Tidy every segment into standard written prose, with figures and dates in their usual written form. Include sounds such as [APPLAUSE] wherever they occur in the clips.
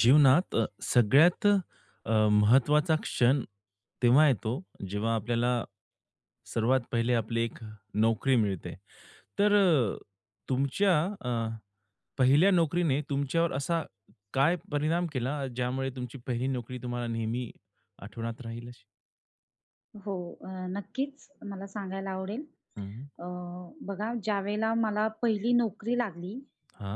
जीवनात सगळ्यात महत्त्वाचा क्षण तेव्हा येतो, जेव्हा आपल्याला सर्वात पहिले आपली एक नोकरी मिळते. तर तुमच्या अ, पहिल्या नोकरीने तुमच्यावर असा काय परिणाम केला, ज्यामुळे तुमची पहिली नोकरी तुम्हाला नेहमी आठवणात राहील अशी? हो. अ, नक्कीच मला सांगायला आवडेल. हं, हं. अ, बघा ज्यावेळेला मला पहिली नोकरी लागली,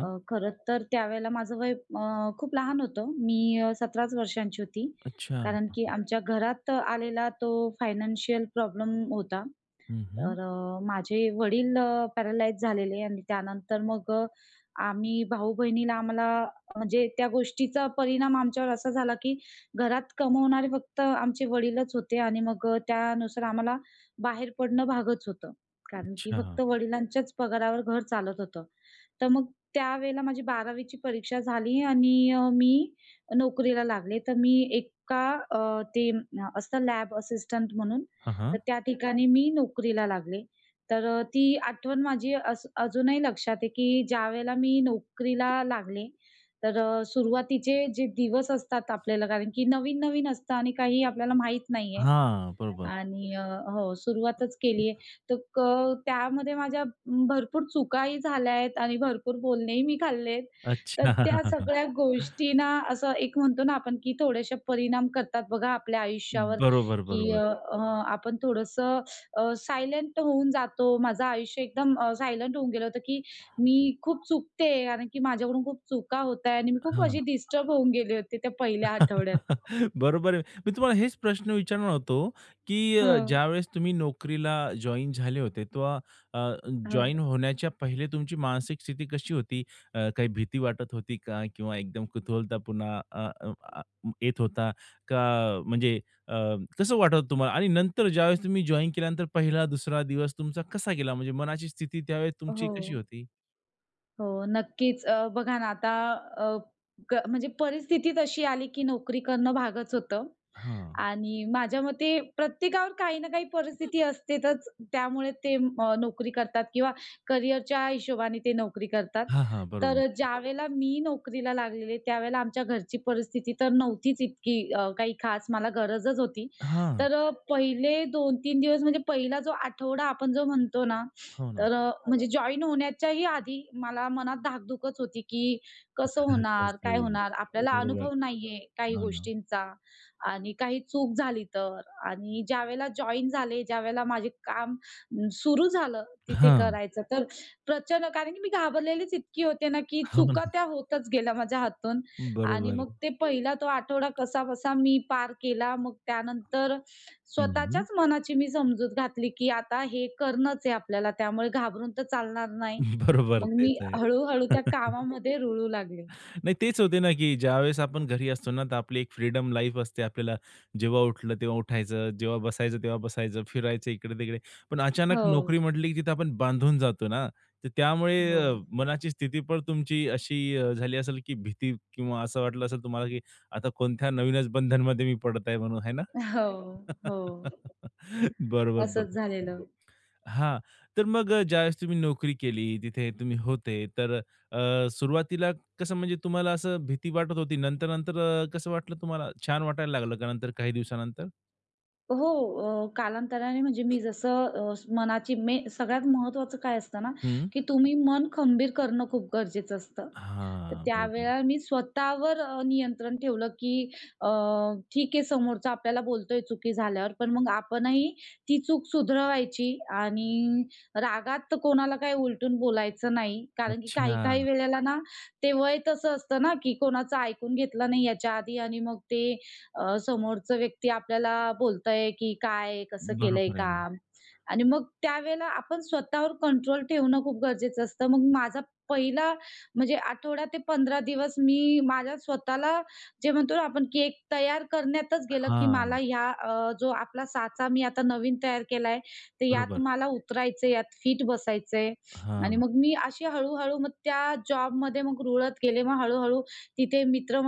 खरं तर त्यावेळेला माझं वय खूप लहान होतं. मी 17च वर्षांची होती. अच्छा. कारण की आमच्या घरात आलेला तो फायनान्शियल प्रॉब्लेम होता. हं, तर माझे वडील पॅरालाईज झालेले आणि त्यानंतर मग आम्ही भाऊ-बहिणीला आम्हाला म्हणजे त्या गोष्टीचा परिणाम आमच्यावर असा झाला, की घरात कमवणारे फक्त आमचे वडीलच होते आणि मग त्यानुसार आम्हाला बाहेर पडणं भागच होतं. कारण की अच्छा. फक्त वडिलांच्याच पगारावर घर चालत होतं. तर मग त्यावेळेला माझी 12वी ची परीक्षा झाली आणि मी नोकरीला लागले. तर मी एका अ, ते असतं लॅब असिस्टंट म्हणून, हां, तर हां. त्या अच्छा ठिकाणी मी नोकरीला लागले. तर ती आठवण माझी अस अजूनही लक्षात आहे, की ज्यावेळेला मी नोकरीला लागले, तर सुरुवातीचे जे दिवस असतात आपल्याला कारण की नवीन-नवीन असतं आणि काही आपल्याला माहीत नाहीये. हां, बरोबर. आणि हो, सुरुवातच केलीये. तर त्यामध्ये माझ्या भरपूर चुकाही झाल्या आहेत आणि भरपूर बोलणेही मी खाल्ले. तर अच्छा. त्या सगळ्या [LAUGHS] गोष्टींना असं एक म्हणतो ना आपण, की थोडेसे परिणाम करतात बघा आपल्या आयुष्यावर, बरोबर, की बरोबर. अ, अ, आपण थोडंसं सायलेंट होऊन जातो. माझं आयुष्य एकदम सायलेंट होऊन गेलं होतं, की मी खूप चुकते कारण की माझ्याकडून खूप चुका होत आहे आणि मी खूप अशी डिस्टर्ब होऊन गेले होते त्या पहिल्या आठवड्यात. [LAUGHS] बरोबर आहे. मी तुम्हाला हेच प्रश्न विचारणार होतो, की हं. ज्यावेळेस तुम्ही नोकरीला जॉइन झाले होते तेव्हा अ, हो. जॉइन होण्याच्या पहिले तुमची मानसिक स्थिती कशी होती? काही भीती वाटत होती का? किंवा एकदम कुतूहलता पुन्हा अ, अ, आ, येत होता का? म्हणजे अ, कसं वाटत होतं तुम्हाला? आणि नंतर ज्यावेळेस तुम्ही जॉइन केल्यानंतर पहिला, दुसरा दिवस तुमचा कसा गेला? म्हणजे मनाची स्थिती त्यावेळेस तुमची हो. कशी होती? हो, नक्कीच. बघा ना आता, म्हणजे परिस्थिती तशी आली की नोकरी करणं भागच होतं. हां. आणि माझ्या मते प्रत्येकावर काही ना काही परिस्थिती असतेतच. त्यामुळे ते नोकरी करतात किंवा करियरच्या हिशोबाने ते नोकरी करतात. हां, हां. तर बरोबर. बरोबर. ज्यावेळेला मी नोकरीला लागलेले, त्यावेळेला आमच्या घरची परिस्थिती तर नव्हतीच इतकी, काही खास मला गरजच होती. हां. तर पहिले 2-3 दिवस म्हणजे पहिला जो आठवडा आपण जो म्हणतो ना, हो ना. तर म्हणजे बरोबर होण्याच्याही आधी मला मनात धाकधुकच होती, की कसं [LAUGHS] होणार? कसं काय होईल? होणार? आपल्याला बरोबर. अनुभव नाहीये काही हो ना. गोष्टींचा. आणि काही चूक झाली तर आणि ज्यावेळेला जॉइन झाले, ज्यावेळेला माझे काम सुरू झालं तिथे हां. करायचं, तर प्रचंड कारण की मी घाबरलेलीच इतकी होते ना, की हो ना. चुका त्या होतच गेल्या माझ्या हातून आणि बरोबर. मग ते पहिला तो आठवडा कसाबसा मी पार केला. मग त्यानंतर हं. स्वतःच्याच मनाची मी समजूत घातली, की आता हे करणंच आहे आपल्याला, त्यामुळे घाबरून तर चालणार नाही. बरोबर मग मी तेच आहे. हळू त्या [LAUGHS] कामामध्ये रुळू लागले. नाही तेच होते ना, की ज्यावेळेस आपण घरी असतो ना, तर आपली एक फ्रीडम लाईफ असते. आपल्याला जेव्हा उठलं तेव्हा उठायचं, जेव्हा बसायचं तेव्हा बसायचं, फिरायचं इकडे-तिकडे. पण अचानक हो, नोकरी म्हटली, की तिथे आपण बांधून जातो ना, तर त्यामुळे हो. मनाची स्थिती पण तुमची अशी झाली असेल, की भीती किंवा असं वाटलं असेल तुम्हाला, की आता कोणत्या नवीनच बंधनमध्ये मी पडत आहे म्हणून, आहे ना? हो, हो. [LAUGHS] बरोबर, असंच बरोबर. झालेलं. हां. तर मग ज्यावेळेस तुम्ही नोकरी केली, तिथे तुम्ही होते, तर सुरुवातीला कसं म्हणजे तुम्हाला असं भीती वाटत होती. नंतर-नंतर कसं वाटलं तुम्हाला? छान वाटायला लागलं का नंतर काही दिवसानंतर? हो, कालांतराने म्हणजे मी जसं, मनाची मे सगळ्यात महत्त्वाचं काय असतं ना, हं. की तुम्ही मन खंबीर करणं खूप गरजेचं असतं. तर हां, बरोबर. त्यावेळेला मी स्वतःवर नियंत्रण ठेवलं, की अ, ठीक आहे समोरचा आपल्याला बोलतोय चुकी झाल्यावर, पण मग आपणही ती चूक सुधरवायची आणि रागात तर कोणाला काही उलटून बोलायचं नाही. कारण की काही-काही अच्छा. वेळेला ना, ते वय तसं असतं ना, की कोणाचं ऐकून घेतलं नाही याच्या आधी आणि मग ते समोरचं व्यक्ती आपल्याला बोलतंय, की "काय, कसं केलंय बरोबर आहे ना. काम?" आणि मग त्यावेळेला आपण स्वतःवर कंट्रोल ठेवणं खूप गरजेचं असतं. मग माझा पहिला म्हणजे आठवडा ते 15 दिवस मी माझ्या स्वतःला जे म्हणतो ना आपण केक तयार करण्यातच गेलं, की मला हां, ह्या जो आपला साचा मी आता नवीन तयार केलाय, तर यात बरोबर. मला उतरायचंय, यात फिट बसायचंय. आणि हां. मग मी अशी हळू-हळू मग त्या जॉबमध्ये मग रुळत गेले. मग हळू-हळू तिथे मित्र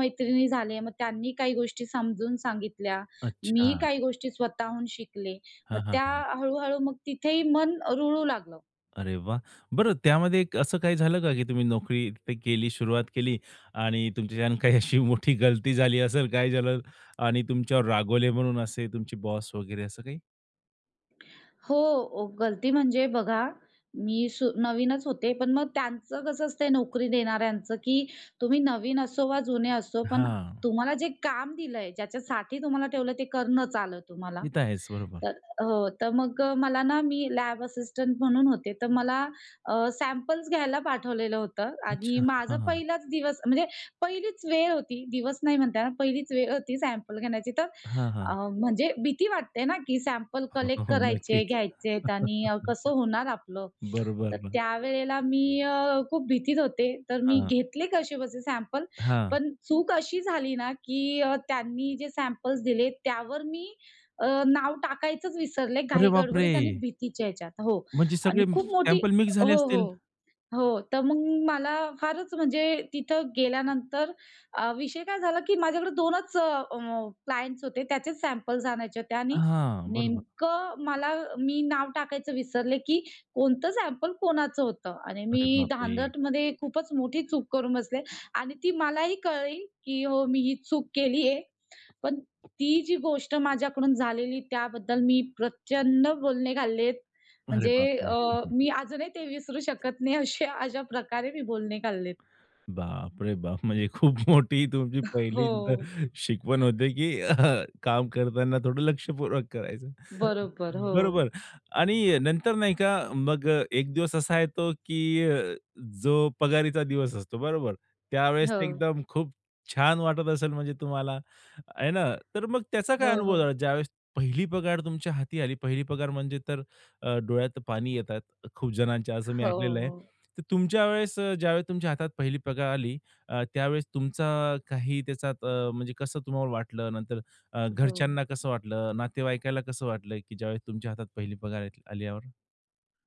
झाले. मग त्यांनी काही गोष्टी समजून सांगितल्या. अच्छा. मी काही गोष्टी स्वतःहून शिकले. मग हां, त्या हां. हळू मग तिथेही मन रुळू लागलं. अरे वाह! बरं त्यामध्ये एक असं काही झालं का, की तुम्ही नोकरी ते केली, सुरुवात केली आणि तुमच्याच्यानं काही अशी मोठी गलती झाली असेल, काय झालं आणि तुमच्यावर रागवले म्हणून असे तुमचे बॉस वगैरे असं काही? हो, गलती म्हणजे बघा, मी नवीनच होते. पण मग त्यांचं कसं असतंय नोकरी देणाऱ्यांचं, की तुम्ही नवीन असो वा जुने असो, पण हां, तुम्हाला जे काम दिलंय, ज्याच्यासाठी तुम्हाला ठेवलं ते करणंच आलं तुम्हाला. ते तर आहेच. बरोबर. तर हो, तर मग मला ना मी लॅब असिस्टंट म्हणून होते. तर मला सॅम्पल्स घ्यायला पाठवलेलं होतं आणि अच्छा. माझा हां, हां. पहिलाच दिवस म्हणजे पहिलीच वेळ होती. दिवस नाही म्हणता येणार, पहिलीच वेळ होती सॅम्पल घेण्याची. तर हां, अ, हां. म्हणजे भीती वाटते ना, की सॅम्पल हो, हो, कलेक्ट हो. करायचे, नक्कीच. घ्यायचेत आणि कसं [LAUGHS] होणार आपलं? तर बरोबर ना. त्यावेळेला मी खूप भीतीत होते. तर मी हां, घेतले कसेबसे सॅम्पल. हां. पण चूक अशी झाली ना, की त्यांनी जे सॅम्पल्स दिले त्यावर मी नाव टाकायचंच विसरले अरे घाई बापरे! गडबडीत आणि भीतीच्या ह्याच्यात. हो. म्हणजे आणि सगळे खूप मोठी सॅम्पल मिक्स झाले हो, हो. असतील? हो. तर मग मला फारच म्हणजे तिथं गेल्यानंतर विषय काय झाला, की माझ्याकडे 2च क्लायंट्स होते. त्याचेच सॅम्पल्स आणायचे होते आणि हां, बरोबर. नेमकं मला मी नाव टाकायचं विसरले, की कोणतं सॅम्पल कोणाचं होतं आणि अरे मी बापरे! धांदलमध्ये खूपच मोठी चूक करून बसले आणि ती मलाही कळली, की हो मी ही चूक केली आहे. पण ती जी गोष्ट माझ्याकडून झालेली त्याबद्दल मी प्रचंड बोलणे खाल्लेत. अरे म्हणजे बापरे! मी अजूनही ते विसरू शकत नाही असे अशा प्रकारे मी बोलणे काढलेत. बापरे बाप! म्हणजे खूप मोठी तुमची पहिली हो. तिथं शिकवण होते, की काम करताना थोडं लक्षपूर्वक करायचं. बरोबर. हो. बरोबर आणि नंतर नाही का मग एक दिवस असा येतो, की जो पगारीचा दिवस असतो, बरोबर? त्यावेळेस तर हो. एकदम खूप छान वाटत असेल म्हणजे तुम्हाला, आहे ना? तर मग त्याचा काय हो, अनुभव हो. झाला? ज्यावेळेस पहिली पगार तुमच्या हाती आली, पहिली पगार म्हणजे तर डोळ्यात पाणी येतात खूप जणांच्या असं मी हो, ऐकलेलं आहे. हो. तर तुमच्या वेळेस ज्यावेळेस तुमच्या हातात पहिली पगार आली त्यावेळेस तुमचा काही त्याच्यात म्हणजे कसं तुम्हाला वाटलं? नंतर हो. घरच्यांना कसं वाटलं? नातेवाईकाला कसं वाटलं, की ज्यावेळेस तुमच्या हातात पहिली पगार आली आल्यावर?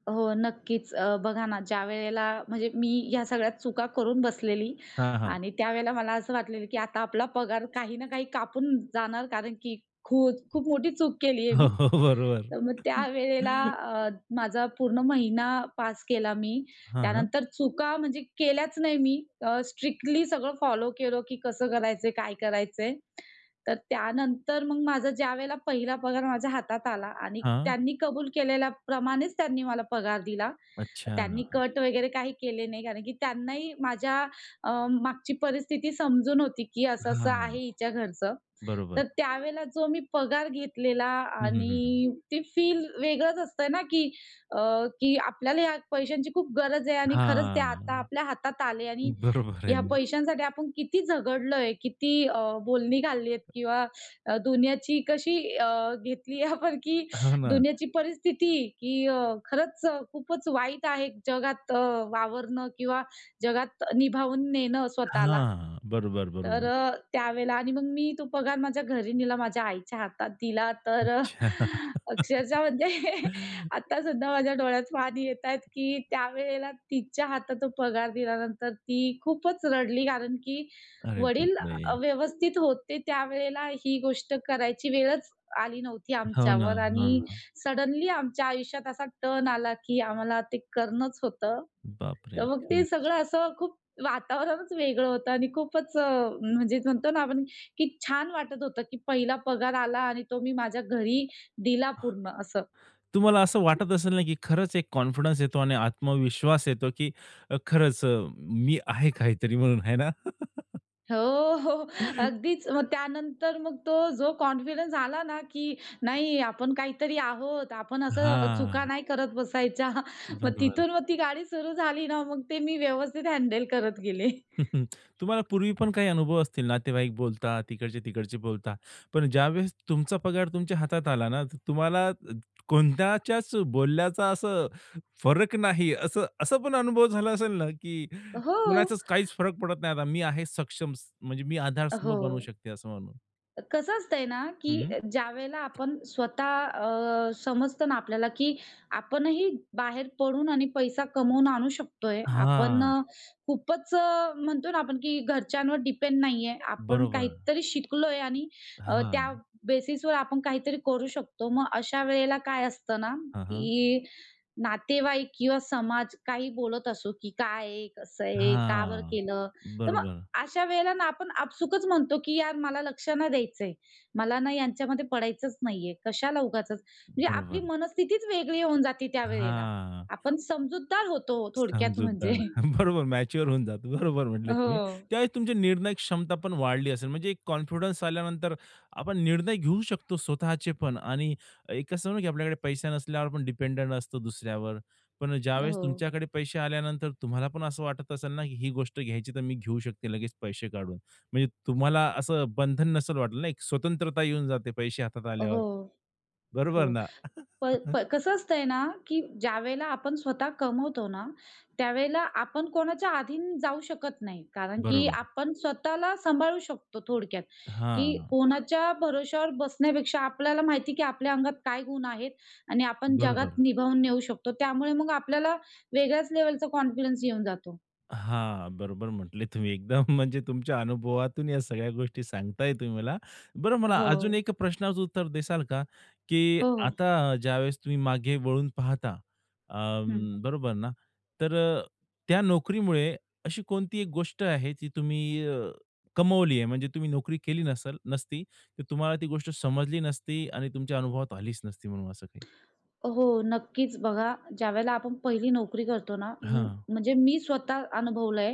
हो, नक्कीच. बघा ना, ज्यावेळेला म्हणजे मी ह्या सगळ्या चुका करून बसलेली हां, हां. आणि त्यावेळेला मला असं वाटलेलं, की आता आपला पगार काही ना काही कापून जाणार कारण की खूप खूप मोठी चूक केली आहे हो, मी. हो. बरोबर. तर मग त्यावेळेला माझा पूर्ण महिना पास केला मी. हां, हां. त्यानंतर चुका म्हणजे केल्याच नाही मी. स्ट्रिक्टली सगळं फॉलो केलं, की कसं करायचंय, काय करायचंय. तर त्यानंतर मग माझा ज्यावेळेला पहिला पगार माझ्या हातात आला आणि त्यांनी कबूल केलेल्याप्रमाणेच त्यांनी मला पगार दिला. अच्छा. त्यांनी कट वगैरे काही केले नाही कारण की त्यांनाही माझ्या अ, मागची परिस्थिती समजून होती, की असं-असं आहे हां. हिच्या घरचं. तर बरोबर. त्यावेळेला जो मी पगार घेतलेला हं, हं, हं. आणि ते फील वेगळंच असतं ना, की की आपल्याला या पैशांची खूप गरज आहे आणि खरंच ते हां. आता आपल्या हातात आले आणि बरोबर आहे या ना. पैशांसाठी आपण किती झगडलोय, किती बोलणी घालली आहेत किंवा दुनियाची कशी घेतली आपण की हो ना. दुनियाची परिस्थिती की खरंच खूपच वाईट आहे जगात वावरणं किंवा जगात निभावून नेणं स्वतःला. हां. बरोबर, तर बरोबर. त्यावेळेला आणि मग मी तो पगार माझ्या घरी नेला, माझ्या आईच्या हातात दिला. तर अच्छा. अक्षरशः म्हणजे [LAUGHS] [LAUGHS] आता सुद्धा माझ्या डोळ्यात पाणी येतायत, की त्यावेळेला तिच्या हातात तो पगार दिल्यानंतर ती खूपच रडली. कारण की अरे वडील बापरे! व्यवस्थित होते त्यावेळेला ही गोष्ट करायची वेळच आली नव्हती हो ना. आमच्यावर आणि हो ना. सडनली आमच्या आयुष्यात असा टर्न आला, की आम्हाला ते करणंच होतं. बापरे! तर मग ते खरंच. सगळं असं खूप वातावरणच वेगळं होतं आणि खूपच म्हणजे म्हणतो ना आपण की छान वाटत होतं, की पहिला पगार आला आणि तो मी माझ्या घरी दिला पूर्ण असं. तुम्हाला असं वाटत असेल ना, की खरंच एक कॉन्फिडन्स येतो आणि आत्मविश्वास येतो, की खरंच मी आहे काहीतरी म्हणून, आहे ना? हो, हो. [LAUGHS] अगदीच. मग त्यानंतर मग तो जो कॉन्फिडन्स आला ना, की नाही आपण काहीतरी आहोत, आपण असं हां, चुका नाही करत बसायच्या. मग बरोबर. तिथून मग ती गाडी सुरू झाली ना, मग ते मी व्यवस्थित हँडल करत गेले. [LAUGHS] हम्म. तुम्हाला पूर्वी पण काही अनुभव असतील, नातेवाईक बोलतात, तिकडचे-तिकडचे बोलतात. पण ज्यावेळेस तुमचा पगार तुमच्या हातात आला ना, तर तुम्हाला कोणत्याच्याच बोलल्याचा असं फरक नाही, असं असं पण अनुभव झाला असेल ना, की हो. कुणाचाच काहीच फरक पडत नाही आता. मी आहे सक्षम म्हणजे मी आधारस्तंभ हो. बनवू शकते असं म्हणून. कसं असतंय ना, की हं. ज्यावेळेला आपण स्वतः समजतं ना आपल्याला, की आपणही बाहेर पडून आणि पैसा कमवून आणू शकतोय. आपण हां, खूपच म्हणतो ना आपण, की घरच्यांवर डिपेंड नाहीये. आपण बरोबर. काहीतरी शिकलोय आणि हां. त्या बेसिसवर आपण काहीतरी करू शकतो. मग अशा वेळेला काय असतं ना, हां, हां. की नातेवाईक किंवा समाज काही बोलत असो, की "काय आहे? कसं आहे? का बरं हां. केलं?" तर बरोबर, अशा वेळेला ना आपण आपसुकच म्हणतो, की यार मला लक्ष नाही द्यायचंय. मला ना यांच्यामध्ये पडायचंच नाहीये. कशाला उगाचच. म्हणजे आपली बरोबर. मनस्थितीच वेगळी होऊन जाते त्यावेळेला. हां. आपण समजूतदार होतो थोडक्यात म्हणजे. समजूतदार. [LAUGHS] बरोबर मॅच्युअर होऊन जातो. बरोबर म्हटले तुम्ही. हं. त्यावेळेस तुमची निर्णय क्षमता पण वाढली असेल. म्हणजे एक कॉन्फिडन्स आल्यानंतर आपण निर्णय घेऊ शकतो स्वतःचे पण आणि एक असं ना, की आपल्याकडे पैसे नसल्यावर पण डिपेंडंट असतो दुसऱ्यावर. पण ज्यावेळेस हो. तुमच्याकडे पैसे आल्यानंतर तुम्हाला पण असं वाटत असेल ना, की ही गोष्ट घ्यायची तर मी घेऊ शकते लगेच पैसे काढून. म्हणजे तुम्हाला असं बंधन नसेल वाटलं ना, एक स्वतंत्रता येऊन जाते पैसे हातात हो. आल्यावर. हो, बरोबर हो. ना? प [LAUGHS] प कसं असतंय ना, की ज्यावेळेला आपण स्वतः कमवतो ना, त्यावेळेला आपण कोणाच्या अधीन जाऊ शकत नाही. कारण की बरोबर. आपण स्वतःला सांभाळू शकतो थोडक्यात, की हां. कोणाच्या भरोश्यावर बसण्यापेक्षा आपल्याला माहिती की आपल्या अंगात काय गुण आहेत आणि आपण जगात बरोबर. निभावून नेऊ शकतो. त्यामुळे मग आपल्याला वेगळ्याच लेव्हलचा कॉन्फिडन्स येऊन जातो. हां, बरोबर म्हटले तुम्ही एकदम [LAUGHS] म्हणजे तुमच्या अनुभवातून या सगळ्या गोष्टी सांगताय तुम्ही मला. बरं मला हो. अजून एक प्रश्नाचं उत्तर देसाल का? की हो, हो. आता ज्यावेळेस तुम्ही मागे वळून पाहता, हं. अं, बरोबर ना? तर त्या नोकरीमुळे अशी कोणती एक गोष्ट आहे ती तुम्ही कमवली आहे? म्हणजे तुम्ही नोकरी केली नसल नसती, तर तुम्हाला ती गोष्ट समजली नसती आणि तुमच्या अनुभवात आलीच नसती म्हणून असं काही? हो, नक्कीच. बघा, ज्यावेळेला आपण पहिली नोकरी करतो ना, हां. म्हणजे मी स्वतः अनुभवलंय,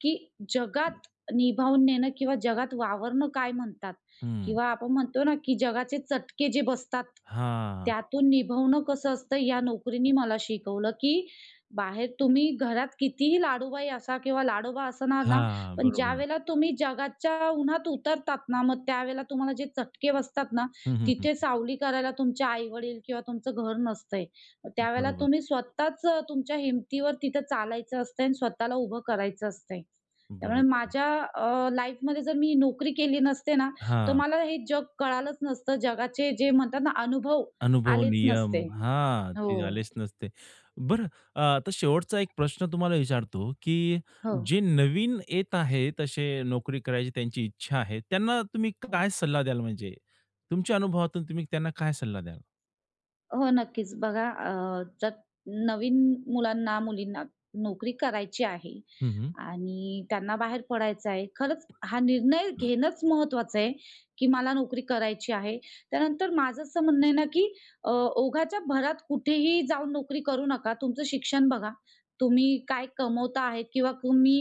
की जगात निभावून नेणं किंवा जगात वावरणं काय म्हणतात हं. किंवा आपण म्हणतो ना, की जगाचे चटके जे बसतात, हां. त्यातून निभवणं कसं असतं, या नोकरीनी मला शिकवलं, की बाहेर तुम्ही घरात कितीही लाडूबाई असा किंवा लाडोबा असणार ना, हां. पण बरोबर. ज्यावेळेला तुम्ही जगाच्या उन्हात उतरतात ना, मग त्यावेळेला तुम्हाला जे चटके बसतात ना, हं, हं, तिथे हं. सावली करायला तुमचे आई-वडील किंवा तुमचं घर नसतंय. त्यावेळेला बरोबर. तुम्ही स्वतःच तुमच्या हिमतीवर तिथं चालायचं असतंय आणि स्वतःला उभं करायचं असतंय. त्यामुळे बरोबर. माझ्या लाईफमध्ये जर मी नोकरी केली नसते ना, तर हां. मला हे जग कळालंच नसतं. जगाचे जे म्हणतात ना, अनुभव अनुभव, आलेच नियम नसते. हां, हो, ते आलेच नसते. बरं आता शेवटचा एक प्रश्न तुम्हाला विचारतो, की हो. जे नवीन येत आहेत, असे नोकरी करायची त्यांची इच्छा आहे, त्यांना तुम्ही हो. काय सल्ला द्याल म्हणजे? तुमच्या अनुभवातून तुम्ही त्यांना काय सल्ला द्याल? हो, नक्कीच. बघा जर नवीन मुलांना, मुलींना नोकरी करायची आहे हं, हं. आणि त्यांना बाहेर पडायचं आहे. खरंच हा निर्णय घेणंच महत्वाचं आहे, की मला नोकरी करायची आहे. त्यानंतर माझं असं म्हणणं आहे ना, की अ, ओघाच्या भरात कुठेही जाऊन नोकरी करू नका. तुमचं शिक्षण बघा. तुम्ही काय कमवता आहेत किंवा तुम्ही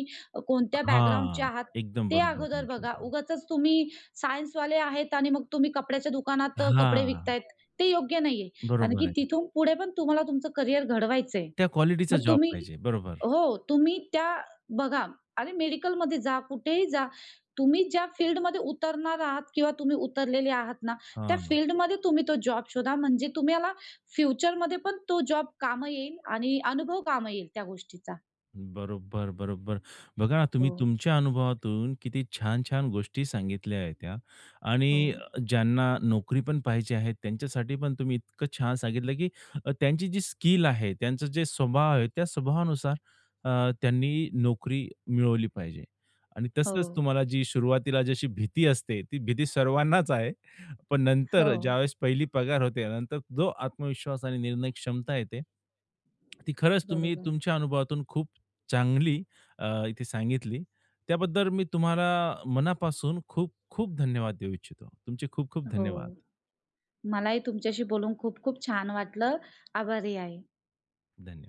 कोणत्या बॅकग्राऊंडचे हां. आहात, एकदम ते बरोबर अगोदर म्हटले बघा. तुम्ही. उगाचच तुम्ही सायन्सवाले आहेत आणि मग तुम्ही कपड्याच्या दुकानात कपडे हां. विकतायत, ते योग्य नाहीये. कारण बरोबर की आहे. तिथून पुढे पण तुम्हाला तुमचं करियर घडवायचंय. त्या क्वालिटीचा मग जॉब तुम्ही पाहिजे. बरोबर. हो, तुम्ही त्या बघा आणि मेडिकलमध्ये जा, कुठेही जा. तुम्ही ज्या फील्डमध्ये उतरणार आहात किंवा तुम्ही उतरलेले आहात ना, त्या हां. फील्डमध्ये तुम्ही तो जॉब शोधा. म्हणजे तुम्हाला फ्युचरमध्ये पण तो जॉब कामं येईल आणि अनुभव कामं येईल त्या गोष्टीचा. बरोबर, बरोबर. बघा ना, तुम्ही हो, तुमच्या अनुभवातून किती छान-छान गोष्टी सांगितल्या आहेत त्या हो, आणि ज्यांना नोकरी पण पाहिजे आहे, त्यांच्यासाठी पण तुम्ही इतकं छान सांगितलं, की त्यांची जी स्किल आहे, त्यांचा जे स्वभाव आहे, त्या स्वभावानुसार त्यांनी नोकरी मिळवली पाहिजे. आणि हो, तसंच तुम्हाला जी सुरुवातीला जशी भीती असते, ती भीती सर्वांनाच आहे. पण हो. नंतर ज्यावेळेस पहिली पगार होते, नंतर जो आत्मविश्वास आणि निर्णय क्षमता येते, ती खरंच तुम्ही बरोबर. तुमच्या अनुभवातून खूप चांगली इथे सांगितली. त्याबद्दल मी तुम्हाला मनापासून खूप खूप धन्यवाद देऊ इच्छितो. तुमचे खूप खूप हो. धन्यवाद. मलाही तुमच्याशी बोलून खूप खूप छान वाटलं. आभारी आहे. धन्यवाद.